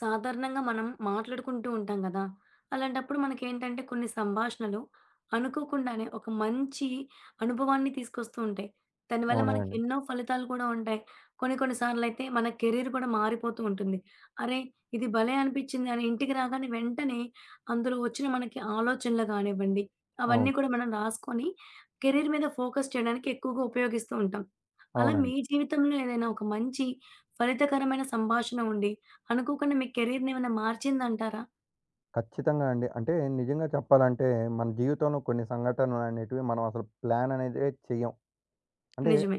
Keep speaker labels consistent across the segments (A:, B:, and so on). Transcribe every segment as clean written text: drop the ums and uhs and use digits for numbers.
A: సాధారణంగా మనం మాట్లాడుకుంటూ ఉంటాం కదా! అలాంటప్పుడు మనకేంటంటే కొన్ని సంభాషణలు అనుకోకుండానే ఒక మంచి అనుభవాన్ని తీసుకొస్తూ ఉంటాయి. దానివల్ల
B: అవునా
A: మనకి
B: అండి.
A: ఎన్నో ఫలితాలు కూడా ఉంటాయి. కొన్ని కొన్ని సార్లయితే మన కెరీర్ కూడా మారిపోతూ ఉంటుంది. అరే! ఇది భలే అనిపించింది అని ఇంటికి రాగానే వెంటనే అందులో వచ్చిన మనకి ఆలోచనలు కానివ్వండి, అవన్నీ
B: అవును.
A: కూడా మనం రాసుకొని కెరీర్ మీద ఫోకస్ చేయడానికి ఎక్కువగా ఉపయోగిస్తూ ఉంటాం. అలా మీ
B: అవునండి.
A: జీవితంలో ఏదైనా ఒక మంచి ఫలితకరమైన సంభాషణ ఉండి అనుకోకుండా మీ కెరీర్‌నేమైనా మార్చిందంటారా?
B: ఖచ్చితంగా అండి. అంటే నిజంగా చెప్పాలంటే, మన జీవితంలో కొన్ని సంఘటనలనేటివి మనం అసలు ప్లాన్ అనేదే చెయ్యం. అంటే
A: నిజమే.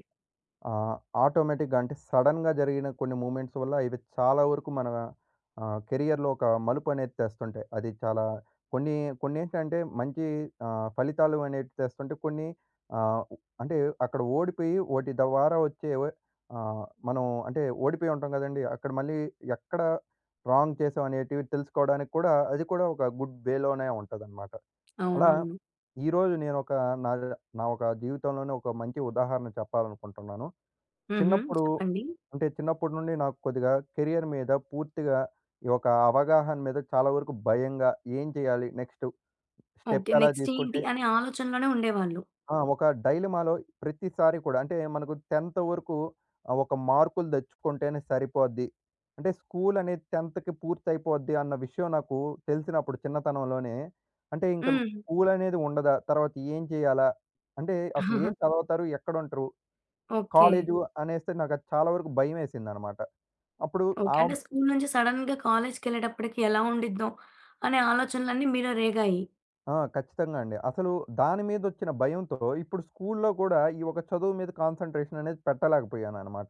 B: ఆహ్, ఆటోమేటిక్‌గా అంటే సడెన్‌గా జరిగిన కొన్ని మూవ్‌మెంట్స్ వల్ల ఇవి చాలా వరకు మన కెరియర్‌లో ఒక మలుపు అనేది తెస్తుంటాయి. అది చాలా కొన్ని కొన్నేంటంటే మంచి ఫలితాలు అనేటివి తెస్తుంటే కొన్ని ఆహ్, అంటే అక్కడ ఓడిపోయి ఓటి ద్వారా వచ్చే మనం అంటే ఓడిపోయి ఉంటాం కదండీ! అక్కడ మళ్ళీ ఎక్కడ రాంగ్ చేసాం అనేటివి తెలుసుకోవడానికి కూడా అది కూడా ఒక గుడ్ వేలోనే ఉంటదనమాట. అలా
A: అవునవును.
B: ఈరోజు నేనొక నా నా ఒక జీవితంలోనే ఒక మంచి ఉదాహరణ చెప్పాలనుకుంటున్నాను.
A: హుహు.
B: చిన్నప్పుడు
A: చెప్పండి.
B: అంటే చిన్నప్పటి నుండి నాకు కొద్దిగా కెరియర్ మీద పూర్తిగా ఈ ఒక అవగాహన మీద చాలా వరకు భయంగా ఏం చేయాలి? Next step
A: okay.
B: ఎలా
A: నెక్స్ట్
B: తీసుకుంటే
A: ఏంటి అనే ఆలోచనలోనే ఉండేవాళ్ళు.
B: ఆ! ఒక డైలమాలో ప్రతిసారి కూడా అంటే మనకు 10థ్ వరకు ఒక మార్కులు తెచ్చుకుంటేనే సరిపోద్ది. అంటే స్కూల్ అనేది 10థ్‌కి పూర్తయిపోద్ది అన్న విషయం నాకు తెలిసినప్పుడు చిన్నతనంలోనే. అంటే ఇంక
A: హ్మ్.
B: స్కూల్ అనేది ఉండదా? తర్వాత ఏం చేయాలా? అంటే అసలు ఏం చదువుతారు? ఎక్కడుంటరు?
A: ఓకే.
B: కాలేజు అనేస్తే నాకది చాలా వరకు భయమేసిందనమాట. అప్పుడు
A: ఓకే.
B: ఆహ్,
A: అంటే స్కూలు నుంచి సడెన్‌గా కాలేజ్‌కెళ్ళేటప్పటికి ఎలా ఉండిద్దో అనే ఆలోచనలన్నీ మీలో రేగాయి.
B: ఆ! ఖచ్చితంగా అండి. అసలు దాని మీదొచ్చిన భయంతో ఇప్పుడు స్కూల్లో కూడా ఈ ఒక చదువు మీద కాన్సంట్రేషన్ అనేది పెట్టలేకపోయాననమాట.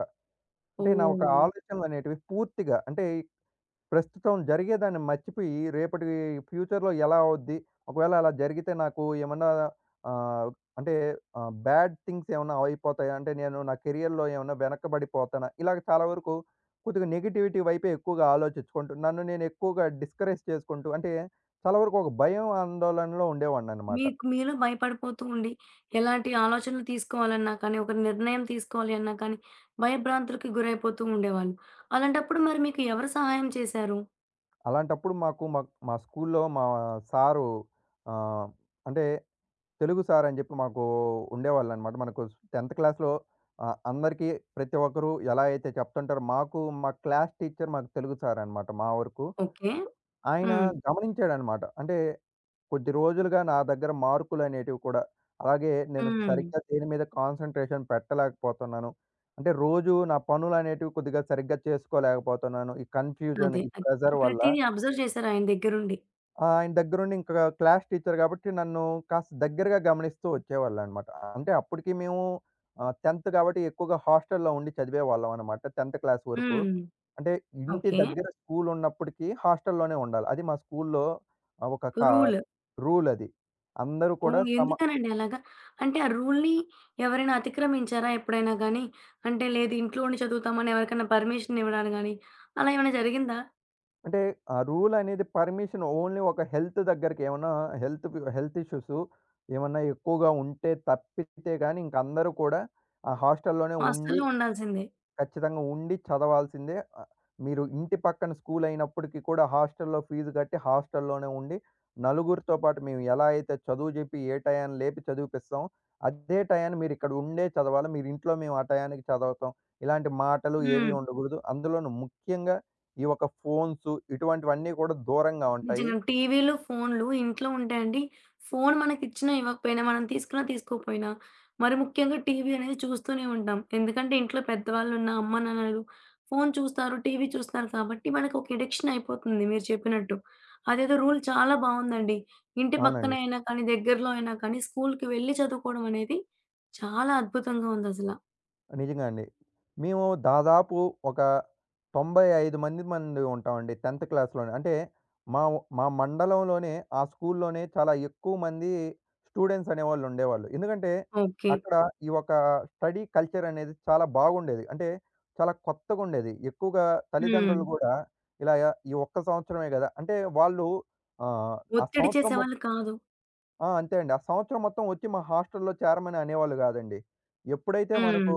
B: అంటే నా ఒక
A: ఓహ్!
B: ఆలోచనలనేటివి పూర్తిగా అంటే ప్రస్తుతం జరిగేదాన్ని మర్చిపోయి, రేపటి ఫ్యూచర్‌లో ఎలా అవుద్ది? ఒకవేళ అలా జరిగితే నాకు ఏమన్నా ఆహ్, అంటే బ్యాడ్ థింగ్స్ ఏమన్నా అయిపోతాయా? అంటే నేను నా కెరియర్‌లో ఏమన్నా వెనకబడిపోతానా? ఇలాగ చాలా వరకు కొద్దిగా నెగటివిటీ వైపే ఎక్కువగా ఆలోచించుకుంటూ, నన్ను నేను ఎక్కువగా డిస్కరేజ్ చేసుకుంటూ, అంటే చాలా వరకు ఒక భయం, ఆందోళనలో ఉండేవాడిననమాట.
A: మీకు మీలో భయపడిపోతూ ఉండి, ఎలాంటి ఆలోచనలు తీసుకోవాలన్నా కానీ, ఒక నిర్ణయం తీసుకోవాలి అన్నా కానీ, భయభ్రాంతులకి గురైపోతూ ఉండేవాళ్ళు. అలాంటప్పుడు మరి మీకు ఎవరు సహాయం చేశారు?
B: అలాంటప్పుడు మాకు మా మా స్కూల్‌లో మా సారు ఆహ్, అంటే తెలుగు సార్ అని చెప్పి మాకు ఉండేవాళ్ళనమాట. మనకు 10థ్ క్లాస్‌లో అందరికీ ప్రతి ఒక్కరు ఎలా అయితే చెప్తుంటారో, మా క్లాస్ టీచర్ మాకు తెలుగు సారనమాట మా వరకు.
A: ఓకే.
B: ఆయన
A: హ్మ్.
B: గమనించాడనమాట. అంటే కొద్ది రోజులుగా నా దగ్గర మార్కులనేటివి కూడా అలాగే నేను
A: హ్మ్.
B: సరిగ్గా దేని మీద కాన్సంట్రేషన్ పెట్టలేకపోతున్నాను. అంటే రోజు నా పనులనేటివి కొద్దిగా సరిగ్గా చేసుకోలేకపోతున్నాను. ఈ కన్‌ఫ్యూజన్,
A: అదే.
B: ఈ
A: అదే.
B: ప్రెషర్ వల్ల.
A: ప్రతీదీ అబ్జర్వ్ చేశారు ఆయన దగ్గరుండి.
B: ఆ! ఆయన దగ్గరుండి ఇంకా క్లాస్ టీచర్ గాబట్టి, నన్ను కాస్త దగ్గరగా గమనిస్తూ వచ్చేవాళ్ళనమాట. అంటే అప్పటికి మేము 10థ్ కాబట్టి ఎక్కువగా హాస్టల్‌లో ఉండి చదివేవాళ్ళం అనమాట. 10థ్ క్లాస్ వరకు.
A: హ్మ్.
B: అంటే ఇంటి
A: ఓకే.
B: దగ్గర స్కూల్ ఉన్నప్పటికీ హాస్టల్‌లోనే ఉండాలి. అది మా స్కూల్‌లో ఒక క
A: రూల్.
B: రూల్ అది. అందరూ కూడా
A: ఓహ్!
B: సమ
A: ఎందుకనండి అలాగా? అంటే ఆ రూల్‌ని ఎవరైనా అతిక్రమించారా ఎప్పుడైనా గాని? అంటే లేదు ఇంట్లో ఉండి చదువుతామని ఎవరికైనా పర్మిషన్ ఇవ్వడాలు గాని, అలా ఏమైనా జరిగిందా?
B: అంటే ఆ రూల్ అనేది పర్మిషన్ ఓన్లీ ఒక హెల్త్ దగ్గరకి ఏమన్నా హెల్త్ ఇష్యూస్ ఏమన్నా ఎక్కువగా ఉంటే తప్పితే గాని ఇంక అందరూ కూడా ఆ హాస్టల్‌లోనే ఉండి
A: హాస్టల్‌లో ఉండాల్సిందే.
B: ఖచ్చితంగా ఉండి చదవాల్సిందే. మీరు ఇంటి పక్కన స్కూల్ అయినప్పటికీ కూడా హాస్టల్‌లో ఫీజు కట్టి హాస్టల్‌లోనే ఉండి, నలుగురితో పాటు మేము ఎలా అయితే చదువు చెప్పి ఏ టయాన్ని లేపి చదివిపిస్తామో, అదే టయాన్ని మీరు ఇక్కడ ఉండే చదవాలి. మీరు ఇంట్లో మేము ఆ టయానికి చదువుతాం. ఇలాంటి మాటలు ఏవి
A: హ్మ్.
B: ఉండకూడదు. అందులోనూ ముఖ్యంగా ఈ యొక్క ఫోన్స్ ఇటువంటివన్నీ కూడా దూరంగా ఉంటాయి.
A: నిజంగా. టీవీలు, ఫోన్లు ఇంట్లో ఉంటే అండి, ఫోన్ మనకిచ్చినా ఇవ్వకపోయినా, మనం తీసుకున్నా తీసుకోకపోయినా, మరి ముఖ్యంగా టీవీ అనేది చూస్తూనే ఉంటాం. ఎందుకంటే ఇంట్లో పెద్దవాళ్ళున్నా, అమ్మ, నాన్నలు ఫోన్ చూస్తారు, టీవీ చూస్తున్నారు కాబట్టి మనకొక ఎడిక్షన్ అయిపోతుంది మీరు చెప్పినట్టు. అదేదో రూల్ చాలా బావుందండి. ఇంటి పక్కన
B: అవునండి.
A: అయినా కానీ, దగ్గరలో అయినా కానీ స్కూలుకి వెళ్లి చదువుకోవడం అనేది చాలా అద్భుతంగా ఉందసల.
B: నిజంగా అండి. మేము దాదాపు ఒక 95 మంది మంది ఉంటామండి 10థ్ క్లాస్‌లోనే. అంటే మా మండలంలోనే ఆ స్కూల్‌లోనే చాలా ఎక్కువ మంది స్టూడెంట్స్ అనేవాళ్ళు ఉండేవాళ్ళు. ఎందుకంటే
A: ఓకే.
B: అక్కడ ఈ ఒక స్టడీ కల్చర్ అనేది చాలా బాగుండేది. అంటే చాలా కొత్తగుండేది. ఎక్కువగా
A: హ్మ్.
B: తల్లిదండ్రులు కూడా ఇలా ఈ ఒక్క సంవత్సరమే గదా! అంటే వాళ్ళు ఆ
A: ఒత్తిడి
B: సంవత్సరం
A: చేసేవాళ్ళు కాదు.
B: ఆ! అంతే అండి. ఆ సంవత్సరం మొత్తం వచ్చి మా హాస్టల్‌లో చేరమని అనేవాళ్ళు కాదండి. ఎప్పుడైతే
A: హ్మ్.
B: మనకు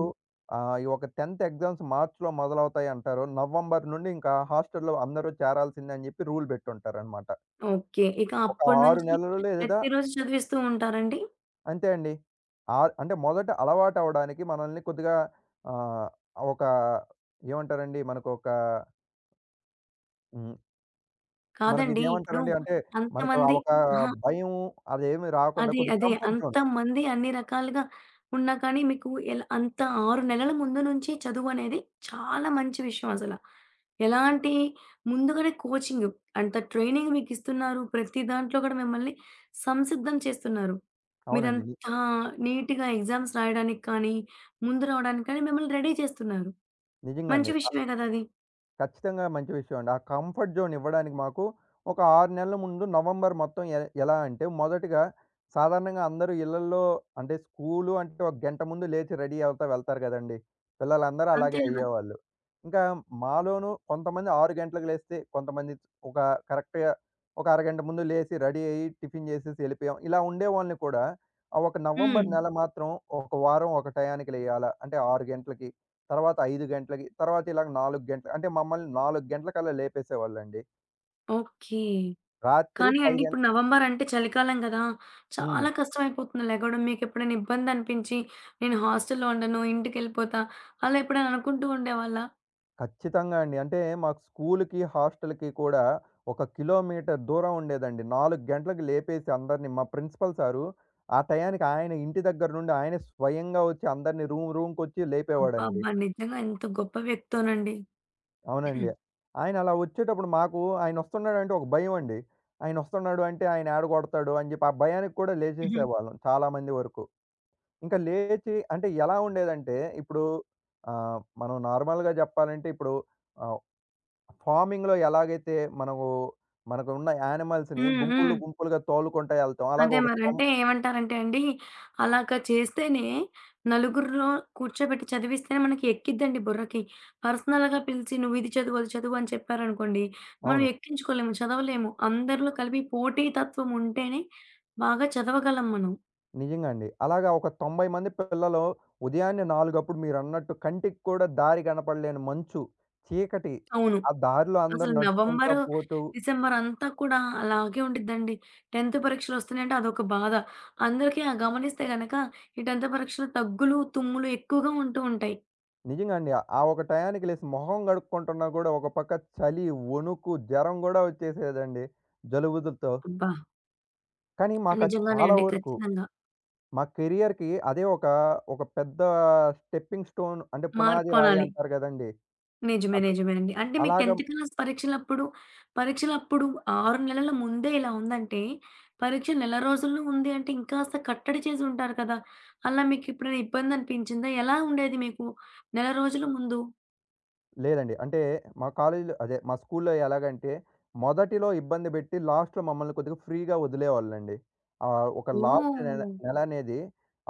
B: ఈ ఒక 10థ్ ఎగ్జామ్స్ మార్చ్‌లో మొదలవుతాయంటారో, నవంబర్ నుండి ఇంకా హాస్టల్‌లో అందరూ చేరాల్సిందే అని చెప్పి రూల్ పెట్టుంటారనమాట.
A: ఓకే. ఇక
B: ఒక
A: అప్పటి
B: 6
A: నుంచి
B: నెలలు లేదా
A: ప్రతిరోజు చదివిస్తూ ఉంటారండి?
B: అంతే అండి. అంటే మొదట అలవాటవ్వడానికి మనల్ని కొద్దిగా ఆహ్, ఒక ఏమంటారండి? మనకు ఒక హ్మ్. మనకి
A: కాదండి. ఇప్పుడు
B: ఇదేమంటారండి? అంటే మనకు ఆ
A: అంతమంది
B: ఒక
A: అహా!
B: భయం అదేమి రాకుండా
A: అదే.
B: కొద్దిగా
A: అదే.
B: Comfort zone.
A: అంతమంది అన్ని రకాలుగా ఉన్నా కానీ మీకు ఎలా అంత 6 నెలల ముందు నుంచి చదువనేది చాలా మంచి విషయం అసల. ఎలాంటి ముందుగానే కోచింగ్ అంత ట్రైనింగ్ మీకిస్తున్నారు. ప్రతి దాంట్లో కూడా మిమ్మల్ని సంసిద్ధం చేస్తున్నారు.
B: అవునండి.
A: మీరంత నీట్‌గా ఎగ్జామ్స్ రాయడానికి కానీ, ముందు రావడానికి కానీ మిమ్మల్ని రెడీ చేస్తున్నారు.
B: నిజంగా
A: మంచి
B: అండి.
A: విషయమే కదా అది.
B: ఖచ్చితంగా మంచి విషయం అండి. ఆ కంఫర్ట్ జోన్ ఇవ్వడానికి మాకు ఒక 6 నెలల ముందు నవంబర్ మొత్తం ఎలా అంటే మొదటగా సాధారణంగా అందరూ ఇళ్లల్లో అంటే స్కూలు అంటే ఒక గంట ముందు లేచి రెడీ అవుతా వెళ్తారు గదండీ! పిల్లలందరూ
A: అంతే
B: అలాగే
A: గదా!
B: అయ్యేవాళ్ళు. ఇంకా మాలోనూ కొంతమంది 6 గంటలకు లేస్తే, కొంతమంది ఒక కరెక్ట్‌గా ఒక అరగంట ముందు లేసి రెడీ అయ్యి టిఫిన్ చేసేసి ఎళ్ళిపోయాం. ఇలా ఉండేవాళ్ళని కూడా ఆ ఒక
A: హ్మ్.
B: నవంబర్ నెల మాత్రం ఒక వారం ఒక టయానికి లేయాలా అంటే 6 గంటలకి. తర్వాత 5 గంటలకి, తర్వాత ఇలాగ 4 గంటలు అంటే మమ్మల్ని 4 గంటలకల్లా లేపేసేవాళ్ళండి.
A: ఓకే.
B: రాత్రి
A: కానీ
B: 10
A: అండి
B: గం
A: ఇప్పుడు నవంబర్ అంటే చలికాలం గదా!
B: హ్మ్.
A: చాలా కష్టమైపోతుంది లెగవడం. మీకెప్పుడైనా ఇబ్బందనిపించి నేను హాస్టల్‌లో ఉండను, ఇంటికెళ్ళిపోతా అలా ఎప్పుడైనా అనుకుంటూ ఉండేవాళ్ళా?
B: ఖచ్చితంగా అండి. అంటే మాకు స్కూలుకి, హాస్టల్‌కి కూడా ఒక కిలోమీటర్ దూరం ఉండేదండి. 4 గంటలకు లేపేసి అందరిని మా ప్రిన్సిపల్ సారు ఆ టయానికి ఆయన ఇంటి దగ్గర నుండి ఆయనే స్వయంగా వచ్చి అందరిని రూమ్‌కొచ్చి
A: అబ్బా!
B: లేపేవాడండి.
A: అబ్బా! నిజంగా ఎంత గొప్ప వ్యక్తోనండి.
B: అవునండి. ఆయన అలా వచ్చేటప్పుడు మాకు ఆయన వస్తున్నాడంటే ఒక భయం అండి. ఆయన వస్తున్నాడు అంటే ఆయన ఏడ కొడతాడు అని చెప్పి ఆ భయానికి కూడా
A: హుహు.
B: లేచేసేవాళ్ళం చాలా మంది వరకు. ఇంకా లేచి అంటే ఎలా ఉండేదంటే, ఇప్పుడు మనం నార్మల్‌గా జెప్పాలంటే ఇప్పుడు ఆహ్, ఫార్మింగ్‌లో ఎలాగైతే మనకు మనకున్న యానిమల్స్‌ని
A: హ్మ్.
B: గుంపులు,
A: హ్మ్.
B: గుంపులుగా తోలుకుంటా ఎళ్తాం. అలాగే
A: అదే
B: ఒక
A: మరి.
B: తొం
A: అంటే ఏమంటారంటే అండి, అలాగా చేస్తేనే నలుగురిలో కూర్చోబెట్టి చదివిస్తేనే మనకి ఎక్కిద్దండి బుర్రకి. పర్సనల్‌గా పిలిచి నువ్విది చదువు, అది చదువు అని చెప్పారనుకోండి, మనం
B: అవును.
A: ఎక్కించుకోలేము, చదవలేము. అందరిలో కలిపి పోటీ తత్వం ఉంటేనే బాగా చదవగలం మనం.
B: నిజంగా అండి. అలాగా ఒక 90 మంది పిల్లలు ఉదయాన్నే 4 మీరన్నట్టు కంటికి కూడా దారి కనపడలేని మంచు, చీకటి,
A: అవును.
B: ఆ దారిలో అందరూ
A: అసలు
B: నడుచుకుంటా
A: నవంబరు,
B: పోతూ
A: డిసెంబర్ అంతా కూడా అలాగే ఉండిద్దండి. 10థ్ పరీక్షలొస్తున్నాయంటే అదొక బాధ. అందరికీ ఆ గమనిస్తే గనక ఈ 10th పరీక్షలు తగ్గులు, తుమ్ములు ఎక్కువగా ఉంటూ ఉంటాయి.
B: నిజంగా అండి. ఆ ఆ ఒక టయానికి లేసి మొహం కడుక్కుంటున్నా గూడా ఒక పక్క చలి, వణుకు, జరం గూడా వచ్చేసేదండి జలుబులతో.
A: అబ్బా!
B: కానీ మాకు అది
A: నిజంగానే
B: చాలా
A: అండి.
B: వరకు
A: ఖచ్చితంగా.
B: మా కెరియర్‌కి అదే ఒక పెద్ద స్టెప్పింగ్ స్టోన్ అంటే పునాది రాయి
A: మార్పనాలి.
B: అంటారు గదండీ!
A: నిజమే.
B: అటు
A: నిజమే అండి. అంటే మీకు
B: అలాగా
A: 10th క్లాస్ పరీక్షలప్పుడు, పరీక్షలప్పుడు 6 నెలల ముందే ఇలా ఉందంటే, పరీక్ష నెల రోజుల్లో ఉంది అంటే ఇంకాస్త కట్టడి చేసి ఉంటారు కదా! అలా మీకెప్పుడైనా ఇబ్బందనిపించిందా? ఎలా ఉండేది మీకు నెల రోజుల ముందు?
B: లేదండి. అంటే మా కాలేజీలో అదే మా స్కూల్లో ఎలాగంటే, మొదటిలో ఇబ్బంది పెట్టి లాస్ట్‌లో మమ్మల్ని కొద్దిగా ఫ్రీగా వదిలేవాళ్ళండి. ఒక లాస్ట్ నెల
A: ఓహ్!
B: నెల అనేది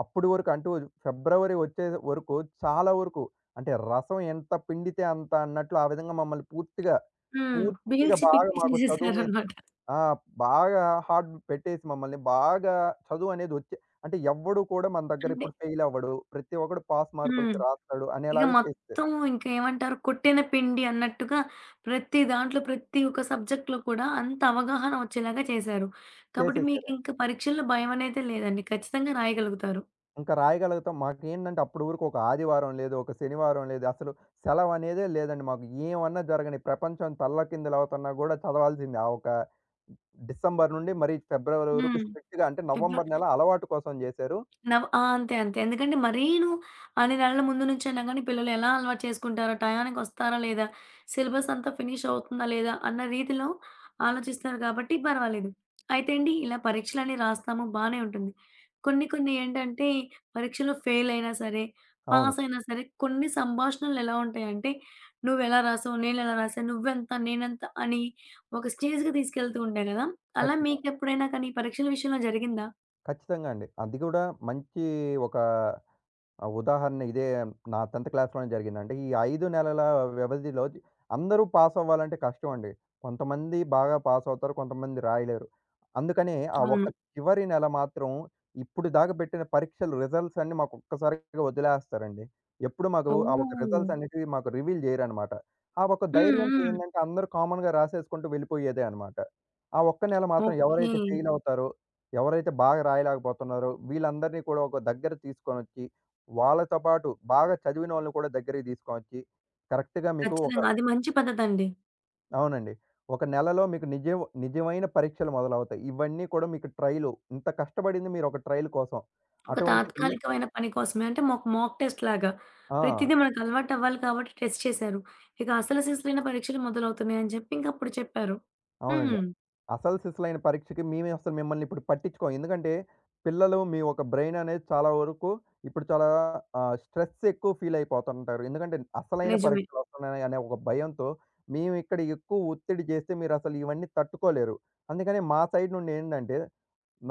B: అప్పటి వరకు అంటూ ఫిబ్రవరి వచ్చే వరకు చాలా వరకు అంటే రసం ఎంత పిండితే అంత అన్నట్లు ఆ విధంగా మమ్మల్ని
A: హ్మ్.
B: పూర్తిగా
A: పీల్చి
B: బాగా
A: పిప్పి
B: మాకు చదువు మీద
A: చేసేసారనమాట.
B: ఆ! బాగా హార్డ్ పెట్టేసి మమ్మల్ని బాగా చదువు అనేది వచ్చే అంటే ఎవ్వడు కూడా మన దగ్గర
A: అంటే
B: ఇప్పుడు ఫెయిల్ అవ్వడు. ప్రతి ఒక్కడు పాస్
A: హ్మ్.
B: మార్కులకి రాస్తాడు
A: ఇక
B: అనేలాగా
A: మొత్తం ఇంక ఏమంటారు కొట్టిన పిండి అన్నట్టుగా ప్రతి దాంట్లో, ప్రతి ఒక్క సబ్జెక్ట్‌లో కూడా అంత అవగాహన వచ్చేలాగా చేశారు. కాబట్టి
B: చేసేసారు.
A: మీకింక పరీక్షల్లో భయమనేదే లేదండి. ఖచ్చితంగా రాయగలుగుతారు.
B: ఇంకా రాయగలుగుతాం. మాకేంటంటే అప్పటి వరకు ఒక ఆదివారం లేదు. ఒక శనివారం లేదు. అసలు సెలవనేదే లేదండి మాకు. ఏమన్నా జరగని ప్రపంచం తల్లకిందులవుతున్నా గూడా చదవాల్సిందే. ఆ ఒక డిసెంబర్ నుండి మరి ఫిబ్రవరి వరకు
A: హ్మ్.
B: స్ట్రిక్ట్‌గా అంటే నవంబర్
A: ఫిబ్రవరి
B: నెల అలవాటు కోసం జేశారు.
A: ఆ! అంతే. అంతే. ఎందుకంటే మరీను అన్ని నెలల ముందు నుంచైనా గానీ పిల్లలు ఎలా అలవాటు చేసుకుంటారో, టయానికొస్తారా లేదా, సిలబస్ అంతా ఫినిష్ అవుతుందా లేదా అన్న రీతిలో ఆలోచిస్తారు కాబట్టి పర్వాలేదు. అయితే అండి ఇలా పరీక్షలన్నీ రాస్తాము బానే ఉంటుంది. కొన్ని కొన్ని ఏంటంటే పరీక్షలో ఫెయిల్ అయినా సరే,
B: అవును.
A: పాస్ అయినా సరే కొన్ని సంభాషణలు ఎలా ఉంటాయంటే, "నువ్వెలా రాసావు? నేనెలా రాసాను? నువ్వెంత? నేనెంత?" అని ఒక స్టేజ్‌కి తీసుకెళ్తూ ఉంటాయి గదా! అలా
B: ఖచ్చితంగా.
A: మీకెప్పుడైనా కానీ పరీక్షల విషయంలో జరిగిందా?
B: ఖచ్చితంగా అండి. అది గూడా మంచి ఒక ఆ! ఉదాహరణ ఇదే నా 10థ్ క్లాస్‌లోనే జరిగిందండి. ఈ 5 నెలల వ్యవధిలో అందరూ పాస్ అవ్వాలంటే కష్టం అండి. కొంతమంది బాగా పాస్ అవుతారు. కొంతమంది రాయలేరు. అందుకనే ఆ ఒక్క
A: అవును.
B: చివరి నెల మాత్రం ఇప్పుడు దాకా పెట్టిన పరీక్షలు రిజల్ట్స్ అన్నీ మాకు ఒక్కసారిగా వదిలేస్తారండి. ఎప్పుడు మాకు ఆ ఒక
A: ఓహ్!
B: రిజల్ట్స్ అనేటివి మాకు రివీల్ చేయరనమాట. ఆ ఒక
A: హ్మ్.
B: ధైర్యంతో
A: హ్మ్.
B: ఏందంటే అందరూ కామన్‌గా రాసేసుకుంటూ వెళ్ళిపోయేదే అనమాట. ఆ ఒక్క నెల మాత్రం
A: ఓకే.
B: ఎవరైతే ఫెయిల్ అవుతారో, ఎవరైతే బాగా రాయలేకపోతున్నారో వీళ్ళందరినీ కూడా ఒక దగ్గర తీసుకొనొచ్చి వాళ్ళతో పాటు బాగా చదివిన వాళ్ళని కూడా దగ్గరికి తీసుకొనొచ్చి, కరెక్ట్‌గా మీకు ఒక
A: ఖచ్చితంగా. అది మంచి పద్ధతండి.
B: అవునండి. ఒక నెలలో మీకు నిజమైన పరీక్షలు మొదలవుతాయి. ఇవన్నీ కూడా మీకు ట్రైలు. ఇంత కష్టపడింది మీరు ఒక ట్రైల్ కోసం.
A: ఒక
B: అటువంటిది
A: తాత్కాలికమైన పని కోసమే అంటే మాకు మాక్ టెస్ట్ లాగా.
B: ఆ!
A: ప్రతిదీ మనకు అలవాటు అవ్వాలి కాబట్టి టెస్ట్ చేశారు. ఇక అసలు సిజులైన పరీక్షలు మొదలవుతున్నాయని చెప్పి ఇంకప్పుడు చెప్పారు.
B: అవునండి.
A: హ్మ్.
B: అసలు సిసలైన పరీక్షకి మేమే అసలు మిమ్మల్ని ఇప్పుడు పట్టించుకోం. ఎందుకంటే, పిల్లలు మీ ఒక బ్రెయిన్ అనేది చాలా వరకు ఇప్పుడు చాలా స్ట్రెస్ ఎక్కువ ఫీల్ అయిపోతుంటారు. ఎందుకంటే, అసలైన
A: నిజమే.
B: పరీక్షలు వస్తున్నాయి అనే ఒక భయంతో మేము ఇక్కడ ఎక్కువ ఒత్తిడి చేస్తే మీరసలు ఇవన్నీ తట్టుకోలేరు. అందుకనే మా సైడ్ నుండి ఏంటంటే,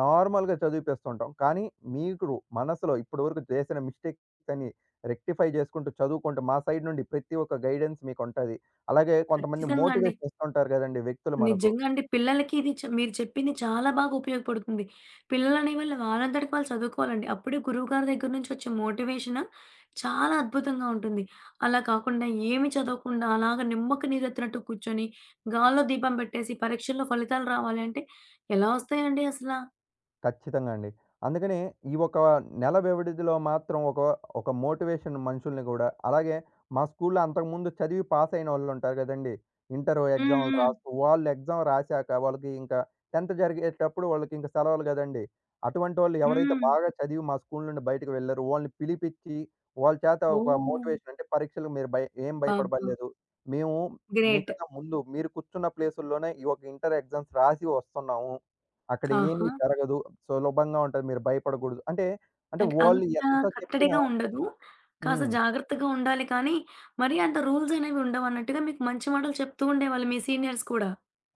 B: నార్మల్‌గా చదివిపిస్తుంటాం. కానీ మీరు మనసులో ఇప్పటివరకు చేసిన మిస్టేక్స్ అన్ని రెక్టిఫై చేసుకుంటూ, చదువుకుంటూ మా సైడ్ నుండి ప్రతి ఒక్క గైడెన్స్ మీకుంటది. అలాగే కొంతమంది
A: ఖచ్చితంగా అండి.
B: మోటివేషన్ ఇస్తుంటారు కదండీ వ్యక్తులు మనకు.
A: నిజంగా అండి. పిల్లలకి ఇది మీరు చెప్పింది చాలా బాగా ఉపయోగపడుతుంది. పిల్లలనేవాళ్ళు వాళ్ళంతటికి వాళ్ళు చదువుకోవాలండి. అప్పుడే గురువుగారి దగ్గర నుంచి వచ్చే మోటివేషన్ చాలా అద్భుతంగా ఉంటుంది. అలా కాకుండా ఏమి చదవకుండా అలాగ నిమ్మకు నీరెత్తినట్టు కూర్చొని, గాల్లో దీపం పెట్టేసి పరీక్షల్లో ఫలితాలు రావాలి అంటే ఎలా వస్తాయండి అసల?
B: ఖచ్చితంగా అండి. అందుకనే ఈ ఒక నెల వ్యవధిలో మాత్రం ఒక ఒక మోటివేషన్ మనుషుల్ని గూడా, అలాగే మా స్కూల్‌లో అంతకుముందు చదివి పాస్ అయినోళ్ళుంటారు గదండీ! ఇంటరు
A: హ్మ్.
B: ఎగ్జామ్‌లు
A: హ్మ్.
B: రాస్తూ, వాళ్ళు ఎగ్జామ్ రాసాక వాళ్ళకి ఇంకా 10థ్ జరిగేటప్పుడు వాళ్ళకి ఇంక సెలవులు గదండీ! అటువంటోళ్ళు ఎవరైతే
A: హ్మ్.
B: బాగా చదివి మా స్కూల్ నుండి బయటకు వెళ్లారో వాళ్ళని పిలిపిచ్చి, వాళ్ళ చేత ఒక
A: ఓహ్!
B: మోటివేషన్ అంటే పరీక్షలకు మీరు ఏం
A: అబ్బబ్బా!
B: భయపడబల్లేదు. మేము
A: గ్రేట్.
B: మీకన్నా ముందు మీరు కూర్చున్న ప్లేసుల్లోనే ఈ ఒక ఇంటర్ ఎగ్జామ్స్ రాసి వస్తున్నాము. అక్కడ ఏమీ
A: ఆహా!
B: జరగదు. సులభంగా ఉంటది. మీరు భయపడకూడదు. అంటే, అంటే
A: అంటే
B: వాళ్ళు
A: అంత
B: ఎంత చెప్పినా
A: కట్టడిగా ఉండదు. కాస్త
B: హ్మ్.
A: జాగ్రత్తగా ఉండాలి కానీ, మరీ అంత రూల్స్ అనేవి ఉండవన్నట్టుగా మీకు మంచి మాటలు చెప్తూ ఉండేవాళ్ళు మీ సీనియర్స్ కూడా.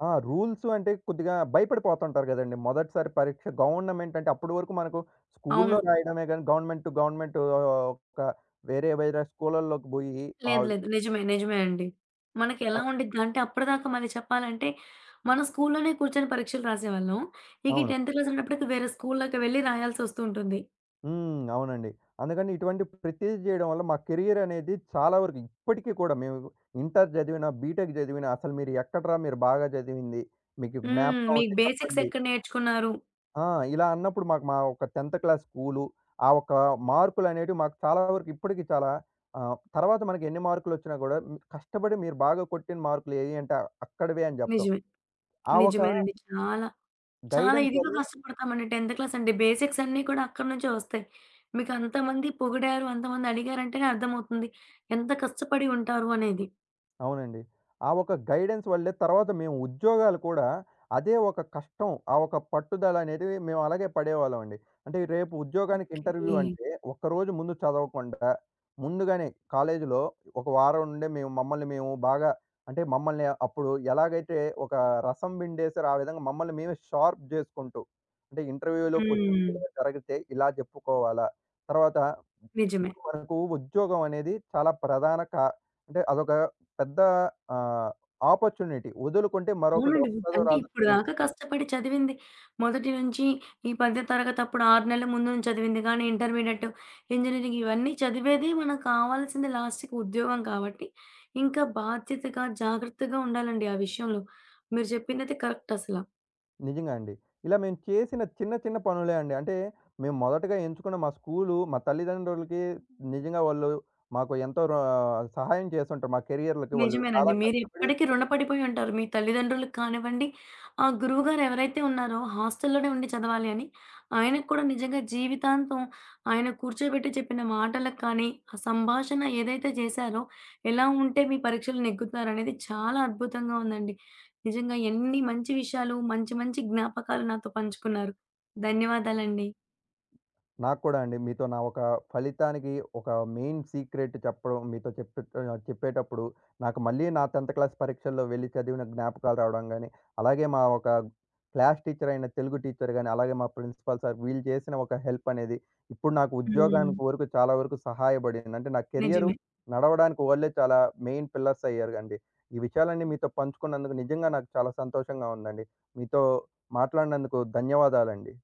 B: ఆ! రూల్స్ అంటే కొద్దిగా భయపడిపోతుంటారు గదండీ! మొదటిసారి పరీక్ష గవర్నమెంట్ అంటే అప్పటి వరకు మనకు స్కూల్లో
A: అవును.
B: రాయడమే గాని గవర్నమెంట్ టు గవర్నమెంట్ ఒక వేరే వేరే స్కూలల్లోకి బోయి
A: లేదు.
B: ఆహ్,
A: లేదు. నిజమే. నిజమే అండి. మనకెలా
B: అవ్
A: ఉండిద్దంటే అప్పటిదాకా మళ్ళీ చెప్పాలంటే, మన స్కూల్లోనే కూర్చొని పరీక్షలు రాసేవాళ్ళం. ఇక ఈ
B: అవును.
A: 10th క్లాస్ ఉన్నప్పటికి వేరే స్కూల్లోకి వెళ్లి రాయాల్సొస్తూ ఉంటుంది.
B: అవునండి. అందుకని ఇటువంటి ప్రతిది జేయడం వల్ల మా కెరియర్ అనేది చాలా వరకు ఇప్పటికి కూడా మేము ఇంటర్ జదివినా, బీటెక్ జదివినా అసలు మీరు ఎక్కడ్రా మీరు బాగా జదివింది? మీకు
A: హ్మ్.
B: జ్ఞాపకం
A: మీకు
B: ఉంటే
A: బేసిక్స్
B: చెప్పండి.
A: ఎక్కడ నేర్చుకున్నారు?
B: ఆ! ఇలా అన్నప్పుడు మాకు మా ఒక 10థ్ క్లాస్ స్కూలు, ఆ ఒక్క మార్కులనేటివి మాకు చాలా వరకు ఇప్పటికి చాలా తర్వాత మనకి ఎన్ని మార్కులొచ్చినా గూడా కష్టపడి మీరు బాగా కొట్టిన మార్కులు ఏయి అంటే అక్కడివే అని జెప్తాం.
A: నిజమే.
B: ఆ ఒక
A: నిజమేనండి. చాలా. చాలా
B: గైడెన్స్
A: ఇదిగా
B: వల్లే
A: కష్టపడతామండి. 10th క్లాస్ అంటే బేసిక్స్ అన్నీ కూడా అక్కడి నుంచే వస్తాయి. మీకు అంతమంది పొగిడారు, అంతమంది అడిగారంటేనే అర్థమవుతుంది. ఎంత కష్టపడి ఉంటారు అనేది.
B: అవునండి. ఆ ఒక గైడెన్స్ వల్లే తర్వాత మేము ఉద్యోగాలు కూడా అదే ఒక కష్టం, ఆ ఒక పట్టుదల అనేటివి మేము అలాగే పడేవాళ్ళమండి. అంటే రేపు ఉద్యోగానికి
A: ఓకే.
B: ఇంటర్వ్యూ అంటే ఒక్కరోజు ముందు చదవకుండా, ముందుగానే కాలేజీలో ఒక వారం నుండే మేము మమ్మల్ని మేము బాగా అంటే మమ్మల్ని అప్పుడు ఎలాగైతే ఒక రసం పిండేసారో ఆ విధంగా మమ్మల్ని మేమే షార్ప్ జేసుకుంటూ, అంటే ఇంటర్వ్యూలో క్వెషన్స్
A: హ్మ్.
B: ఇలా జరిగితే ఇలా చెప్పుకోవాలా? తర్వాత
A: నిజమే.
B: ఇప్పుడు మనకు ఉద్యోగం అనేది చాలా ప్రధాన కా అంటే అదొక పెద్ద ఆహ్, ఆపర్చునిటీ. వదులుకుంటే మరొకటి
A: అవునండి.
B: వస్తదో
A: అంటే
B: రాదో
A: ఇప్పుడు
B: తెలీదు.
A: దాకా కష్టపడి చదివింది మొదటి నుంచి ఈ 10th తరగతి అప్పుడు 6 నెలల ముందు నుంచి చదివింది కానీ ఇంటర్మీడియేట్, ఇంజినీరింగ్ ఇవన్నీ చదివేది మనకు కావాల్సింది లాస్ట్‌కి ఉద్యోగం కాబట్టి, ఇంకా బాధ్యతగా, జాగ్రత్తగా ఉండాలండి ఆ విషయంలో. మీరు చెప్పిందైతే కరెక్ట్ అసల.
B: నిజంగా అండి. ఇలా మేము చేసిన చిన్న చిన్న పనులే అండి. అంటే మేము మొదటగా ఎంచుకున్న మా స్కూలు, మా తల్లిదండ్రులకి నిజంగా వాళ్ళు మాకు ఎంతో సహాయం చేసుంటారు. మా కెరియర్‌లకి వాళ్ళు
A: నిజమేనండి.
B: చాలా కష్టపడి
A: మీరిప్పటికి రుణపడిపోయి ఉంటారు. మీ తల్లిదండ్రులకు కానివ్వండి, ఆ గురువుగారు ఎవరైతే ఉన్నారో హాస్టల్‌లోనే ఉండి చదవాలి అని, ఆయనకు కూడా నిజంగా జీవితాంతం ఆయన కూర్చోబెట్టి చెప్పిన మాటలకు కానీ, ఆ సంభాషణ ఏదైతే చేశారో, ఎలా ఉంటే మీ పరీక్షలు నెగ్గుతారనేది చాలా అద్భుతంగా ఉందండి. నిజంగా ఎన్ని మంచి విషయాలు, మంచి మంచి జ్ఞాపకాలు నాతో పంచుకున్నారు. ధన్యవాదాలండి.
B: నాకు కూడా అండి. మీతో నా ఒక ఫలితానికి ఒక మెయిన్ సీక్రెట్ చెప్పడం మీతో చెప్పే చెప్పేటప్పుడు నాకు మళ్ళీ నా 10థ్ క్లాస్ పరీక్షల్లో వెళ్లి చదివిన జ్ఞాపకాలు రావడం గాని, అలాగే మా ఒక క్లాస్ టీచర్ అయిన తెలుగు టీచర్ గాని, అలాగే మా ప్రిన్సిపల్ సార్ వీళ్ళు చేసిన ఒక హెల్ప్ అనేది ఇప్పుడు నాకు
A: హ్మ్.
B: ఉద్యోగానికి వరకు చాలా వరకు సహాయపడింది. అంటే నా కెరియరు
A: నిజమే.
B: నడవడానికి వాళ్ళే చాలా మెయిన్ పిల్లర్స్ అయ్యారండి. ఈ విషయాలన్నీ మీతో పంచుకున్నందుకు నిజంగా నాకు చాలా సంతోషంగా ఉందండి. మీతో మాట్లాడినందుకు ధన్యవాదాలండి.